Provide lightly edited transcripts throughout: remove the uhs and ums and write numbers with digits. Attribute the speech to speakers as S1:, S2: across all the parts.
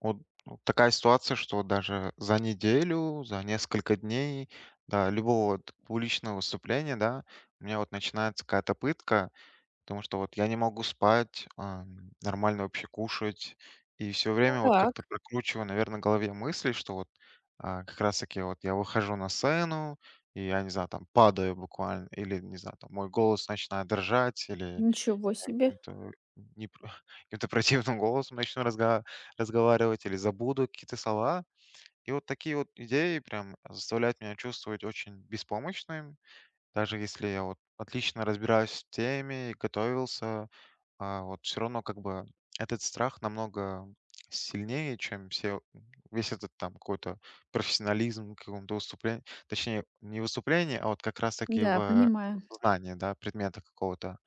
S1: Вот вот такая ситуация, что вот даже за неделю, за несколько дней до любого вот публичного выступления, да, у меня вот начинается какая-то пытка, потому что вот я не могу спать, нормально вообще кушать, и все время вот как-то
S2: Так,
S1: прокручиваю, наверное, в голове мысли, что вот как раз-таки вот я выхожу на сцену, и я, не знаю, там падаю буквально, или, не знаю, там мой голос начинает дрожать, или
S2: ничего
S1: я
S2: себе.
S1: каким-то не про каким-то противным голосом начну разга разговаривать или забуду какие-то слова. И вот такие вот идеи прям заставляют меня чувствовать очень беспомощным. Даже если я вот отлично разбираюсь в теме и готовился, вот все равно как бы этот страх намного сильнее, чем все, весь этот там какой-то профессионализм, каком-то выступлении, точнее, не выступление а вот как раз-таки
S2: Да,
S1: в
S2: понимаю.
S1: знании, да, предмета какого-то.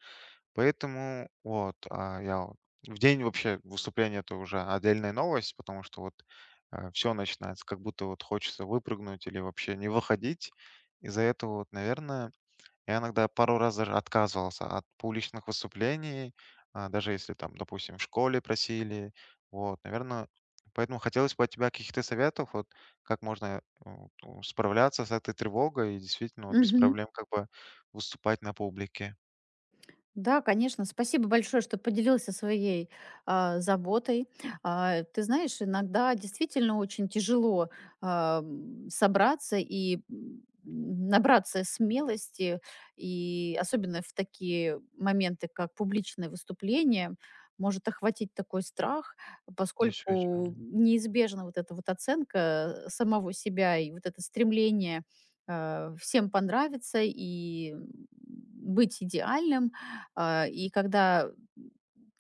S1: Поэтому вот, я вот в день вообще выступления- это уже отдельная новость, потому что вот, все начинается, как будто вот хочется выпрыгнуть или вообще не выходить. Из-за этого вот, наверное, я иногда пару раз даже отказывался от публичных выступлений, даже если там, допустим, в школе просили. Вот, наверное, поэтому хотелось бы от тебя каких-то советов, вот как можно, м, у справляться с этой тревогой и действительно вот без
S2: Мгм.
S1: проблем как бы выступать на публике.
S2: Да, конечно. Спасибо большое, что поделился своей заботой. Ты знаешь, иногда действительно очень тяжело собраться и набраться смелости, и особенно в такие моменты, как публичное выступление, может охватить такой страх, поскольку
S1: Действительно.
S2: неизбежна вот эта вот оценка самого себя и вот это стремление всем понравиться и быть идеальным, и когда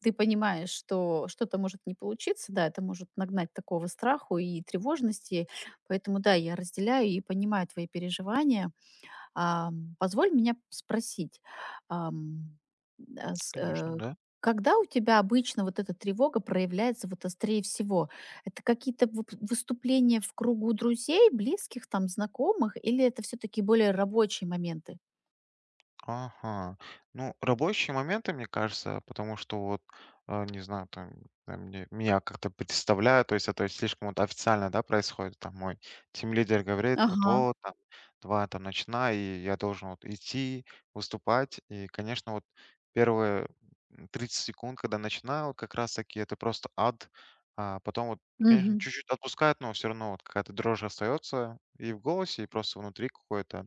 S2: ты понимаешь, что что-то может не получиться, да, это может нагнать такого страху и тревожности. Поэтому, да, я разделяю и понимаю твои переживания. Позволь меня спросить, ам, а, с,
S1: Конечно,
S2: э,
S1: да.
S2: когда у тебя обычно вот эта тревога проявляется вот острее всего? Это какие-то выступления в кругу друзей, близких, там, знакомых, или это все-таки более рабочие моменты?
S1: Ага. Ну, рабочие моменты, мне кажется, потому что вот, не знаю, там, меня как-то представляют, то есть это слишком вот официально, да, происходит. Там мой тимлидер говорит, вот,
S2: Ага.
S1: вот, там, два, там, ночна, и я должен вот идти, выступать. И, конечно, вот первые 30 секунд, когда начинаю, вот как раз-таки это просто ад. А потом вот, конечно,
S2: Мгм.
S1: чуть-чуть отпускает, но все равно вот какая-то дрожь остается и в голосе, и просто внутри какое-то.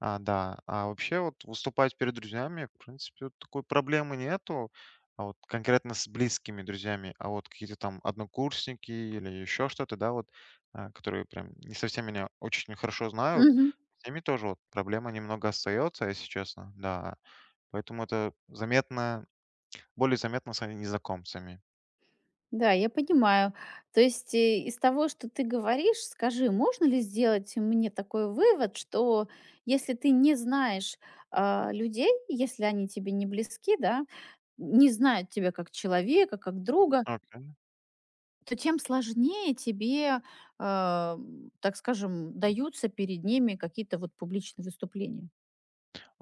S1: А, да. А вообще вот выступать перед друзьями, в принципе, вот такой проблемы нету. А вот конкретно с близкими друзьями, а вот какие-то там однокурсники или еще что-то, да, вот, которые прям не совсем меня очень хорошо знают,
S2: Мгм.
S1: с ними тоже вот проблема немного остается, если честно, да. Поэтому это заметно, более заметно с незнакомцами.
S2: Да, я понимаю. То есть из того, что ты говоришь, скажи, можно ли сделать мне такой вывод, что если ты не знаешь людей, если они тебе не близки, да, не знают тебя как человека, как друга, то тем сложнее тебе, так скажем, даются перед ними какие-то вот публичные выступления.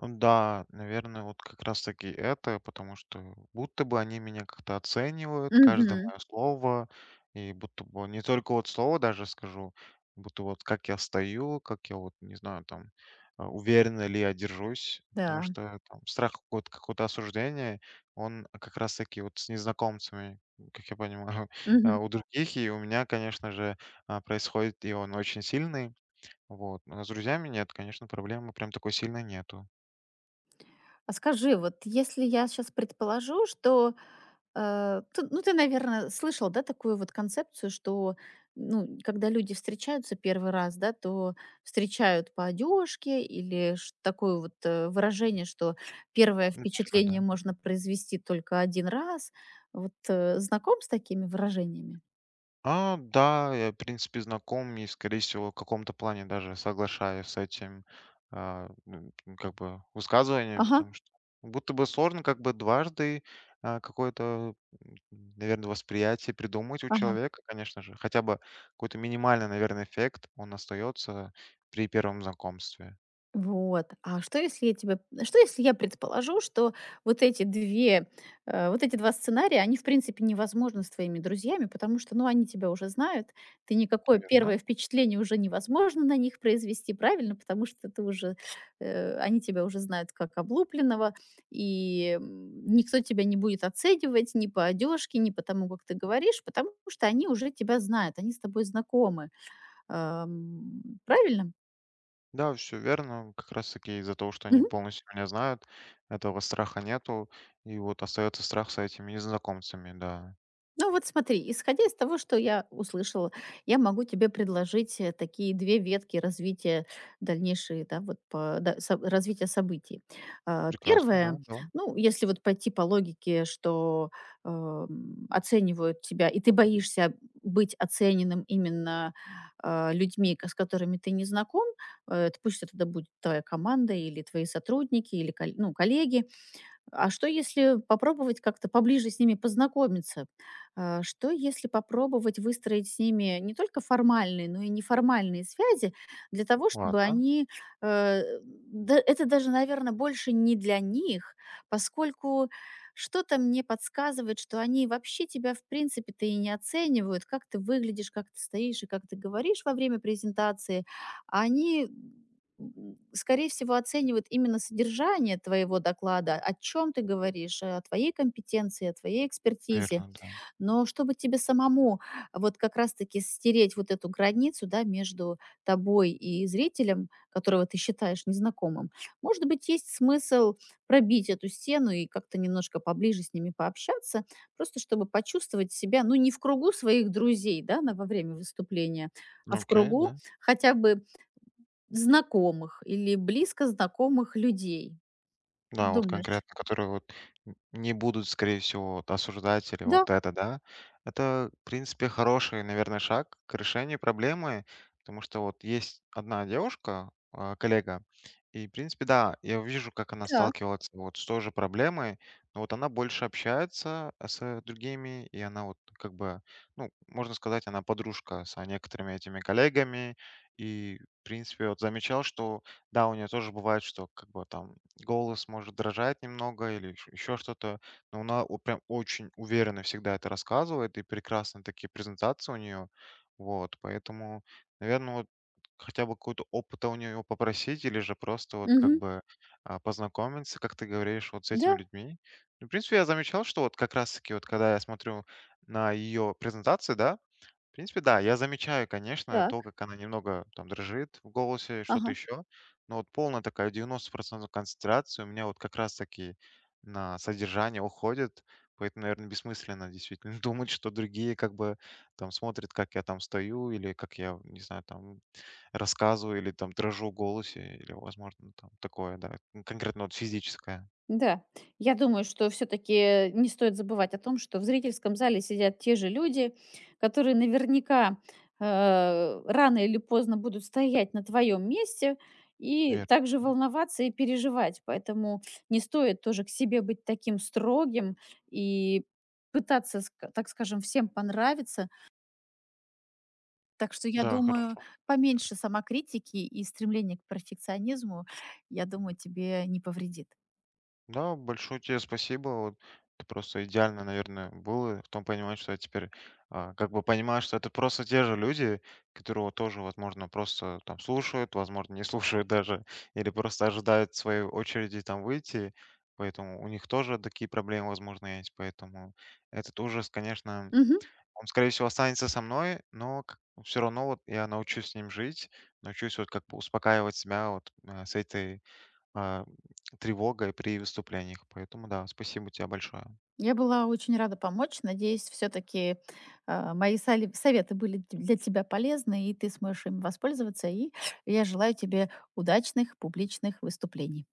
S1: Да, наверное, вот как раз-таки это, потому что будто бы они меня как-то оценивают, каждое
S2: Мгм.
S1: мое слово, и будто бы не только вот слово даже скажу, будто вот как я стою, как я вот, не знаю, там, уверенно ли я держусь, потому
S2: Да.
S1: что там страх какого-то осуждения, он как раз-таки вот с незнакомцами, как я понимаю, у других, и у меня, конечно же, происходит, и он очень сильный, вот. Но с друзьями нет, конечно, проблемы прям такой сильной нету.
S2: А скажи, вот если я сейчас предположу, что, ты, ну, ты, наверное, слышал, да, такую вот концепцию, что, ну, когда люди встречаются первый раз, да, то встречают по одежке или такое вот выражение, что первое
S1: Наверно,
S2: впечатление
S1: да.
S2: можно произвести только один раз. Вот, знаком с такими выражениями?
S1: А, да, я, в принципе, знаком и, скорее всего, в каком-то плане даже соглашаюсь с этим, а, м, как бы высказыванием,
S2: Ага,
S1: потому что будто бы сложно как бы дважды, какое-то, наверное, восприятие придумать у
S2: ага.
S1: человека, конечно же. Хотя бы какой-то минимальный, наверное, эффект, он остается при первом знакомстве,
S2: Вот. Что, если я предположу, что вот эти 2, вот эти 2 сценария, они, в принципе, невозможны с твоими друзьями, потому что, ну, они тебя уже знают, ты никакое
S1: верно?
S2: первое впечатление уже невозможно на них произвести, правильно? Потому что они тебя уже знают как облупленного, и, никто тебя не будет оценивать ни по одежке, ни по тому, как ты говоришь, потому что они уже тебя знают, они с тобой знакомы. Ам, правильно?
S1: Да, все верно. Как раз таки из-за того, что они полностью меня знают, этого страха нету. И вот остается страх с этими незнакомцами, да.
S2: Ну вот смотри, исходя из того, что я услышала, я могу тебе предложить такие две ветки развития дальнейшие, да, вот развития событий. А,
S1: Прекрасно, да,
S2: Первое,
S1: да.
S2: ну, если вот пойти по логике, что оценивают тебя, и ты боишься быть оцененным именно людьми, с которыми ты не знаком, это пусть да будет твоя команда или твои сотрудники, или ну, коллеги, а что, если попробовать как-то поближе с ними познакомиться? Что, если попробовать выстроить с ними не только формальные, но и неформальные связи для того, чтобы
S1: Ладно,
S2: они... Это даже, наверное, больше не для них, поскольку что-то мне подсказывает, что они вообще тебя, в принципе-то, и не оценивают, как ты выглядишь, как ты стоишь и как ты говоришь во время презентации. Они скорее всего, оценивают именно содержание твоего доклада, о чем ты говоришь, о твоей компетенции, о твоей экспертизе.
S1: верно, да.
S2: Но чтобы тебе самому вот как раз-таки стереть вот эту границу, да, между тобой и зрителем, которого ты считаешь незнакомым, может быть, есть смысл пробить эту стену и как-то немножко поближе с ними пообщаться, просто чтобы почувствовать себя, ну, не в кругу своих друзей, да, на, во время выступления, а в
S1: Окей,
S2: кругу
S1: да.
S2: хотя бы знакомых или близко знакомых людей. Как
S1: Да, вот
S2: думаешь?
S1: конкретно, которые вот н не будут, скорее всего, вот осуждать или
S2: Да,
S1: вот это, да. Это, в принципе, хороший, наверное, шаг к решению проблемы, потому что вот есть одна девушка, коллега, и, в принципе, да, я вижу, как она
S2: так.
S1: сталкивается вот с той же проблемой, но вот она больше общается с другими, и она вот как бы, ну, можно сказать, она подружка с некоторыми этими коллегами. И, в принципе, вот замечал, что да, у нее тоже бывает, что как бы там голос может дрожать немного или еще что-то, но она прям очень уверенно всегда это рассказывает, и прекрасные такие презентации у нее. Вот, поэтому, наверное, вот хотя бы какой-то опыта у нее попросить или же просто вот как
S2: Мгм.
S1: бы познакомиться, как ты говоришь, вот с этими
S2: Да,
S1: людьми. Ну, в принципе, я замечал, что вот как раз-таки вот когда я смотрю на ее презентации, да, в принципе, да, я замечаю, конечно,
S2: так.
S1: то, как она немного там дрожит в голосе, что-то
S2: Ага.
S1: еще. Но вот полная такая 90% концентрация у меня вот как раз-таки на содержание уходит. Поэтому, наверное, бессмысленно действительно думать, что другие как бы там смотрят, как я там стою, или как я, не знаю, там рассказываю, или там дрожу в голосе, или, возможно, там такое, да, ну, конкретно вот физическое.
S2: Да. Я думаю, что все-таки не стоит забывать о том, что в зрительском зале сидят те же люди, которые наверняка рано или поздно будут стоять на твоем месте и
S1: Верно.
S2: также волноваться и переживать. Поэтому не стоит тоже к себе быть таким строгим и пытаться, так скажем, всем понравиться. Так что я
S1: Да,
S2: думаю, поменьше самокритики и стремления к перфекционизму, я думаю, тебе не повредит.
S1: да, большое тебе спасибо. Вот это просто идеально, наверное, было в том понимании, что я теперь как бы понимаю, что это просто те же люди, которые вот тоже, возможно, просто там слушают, возможно, не слушают даже, или просто ожидают своей очереди там выйти, поэтому у них тоже такие проблемы, возможно, есть, поэтому этот ужас, конечно,
S2: Мгм.
S1: он, скорее всего, останется со мной, но все равно вот я научусь с ним жить, научусь вот как бы успокаивать себя вот с этой а, тревогой при выступлениях. Поэтому да, спасибо тебе большое.
S2: Я была очень рада помочь. Надеюсь, все-таки мои советы были для тебя полезны, и ты сможешь им воспользоваться. И я желаю тебе удачных публичных выступлений.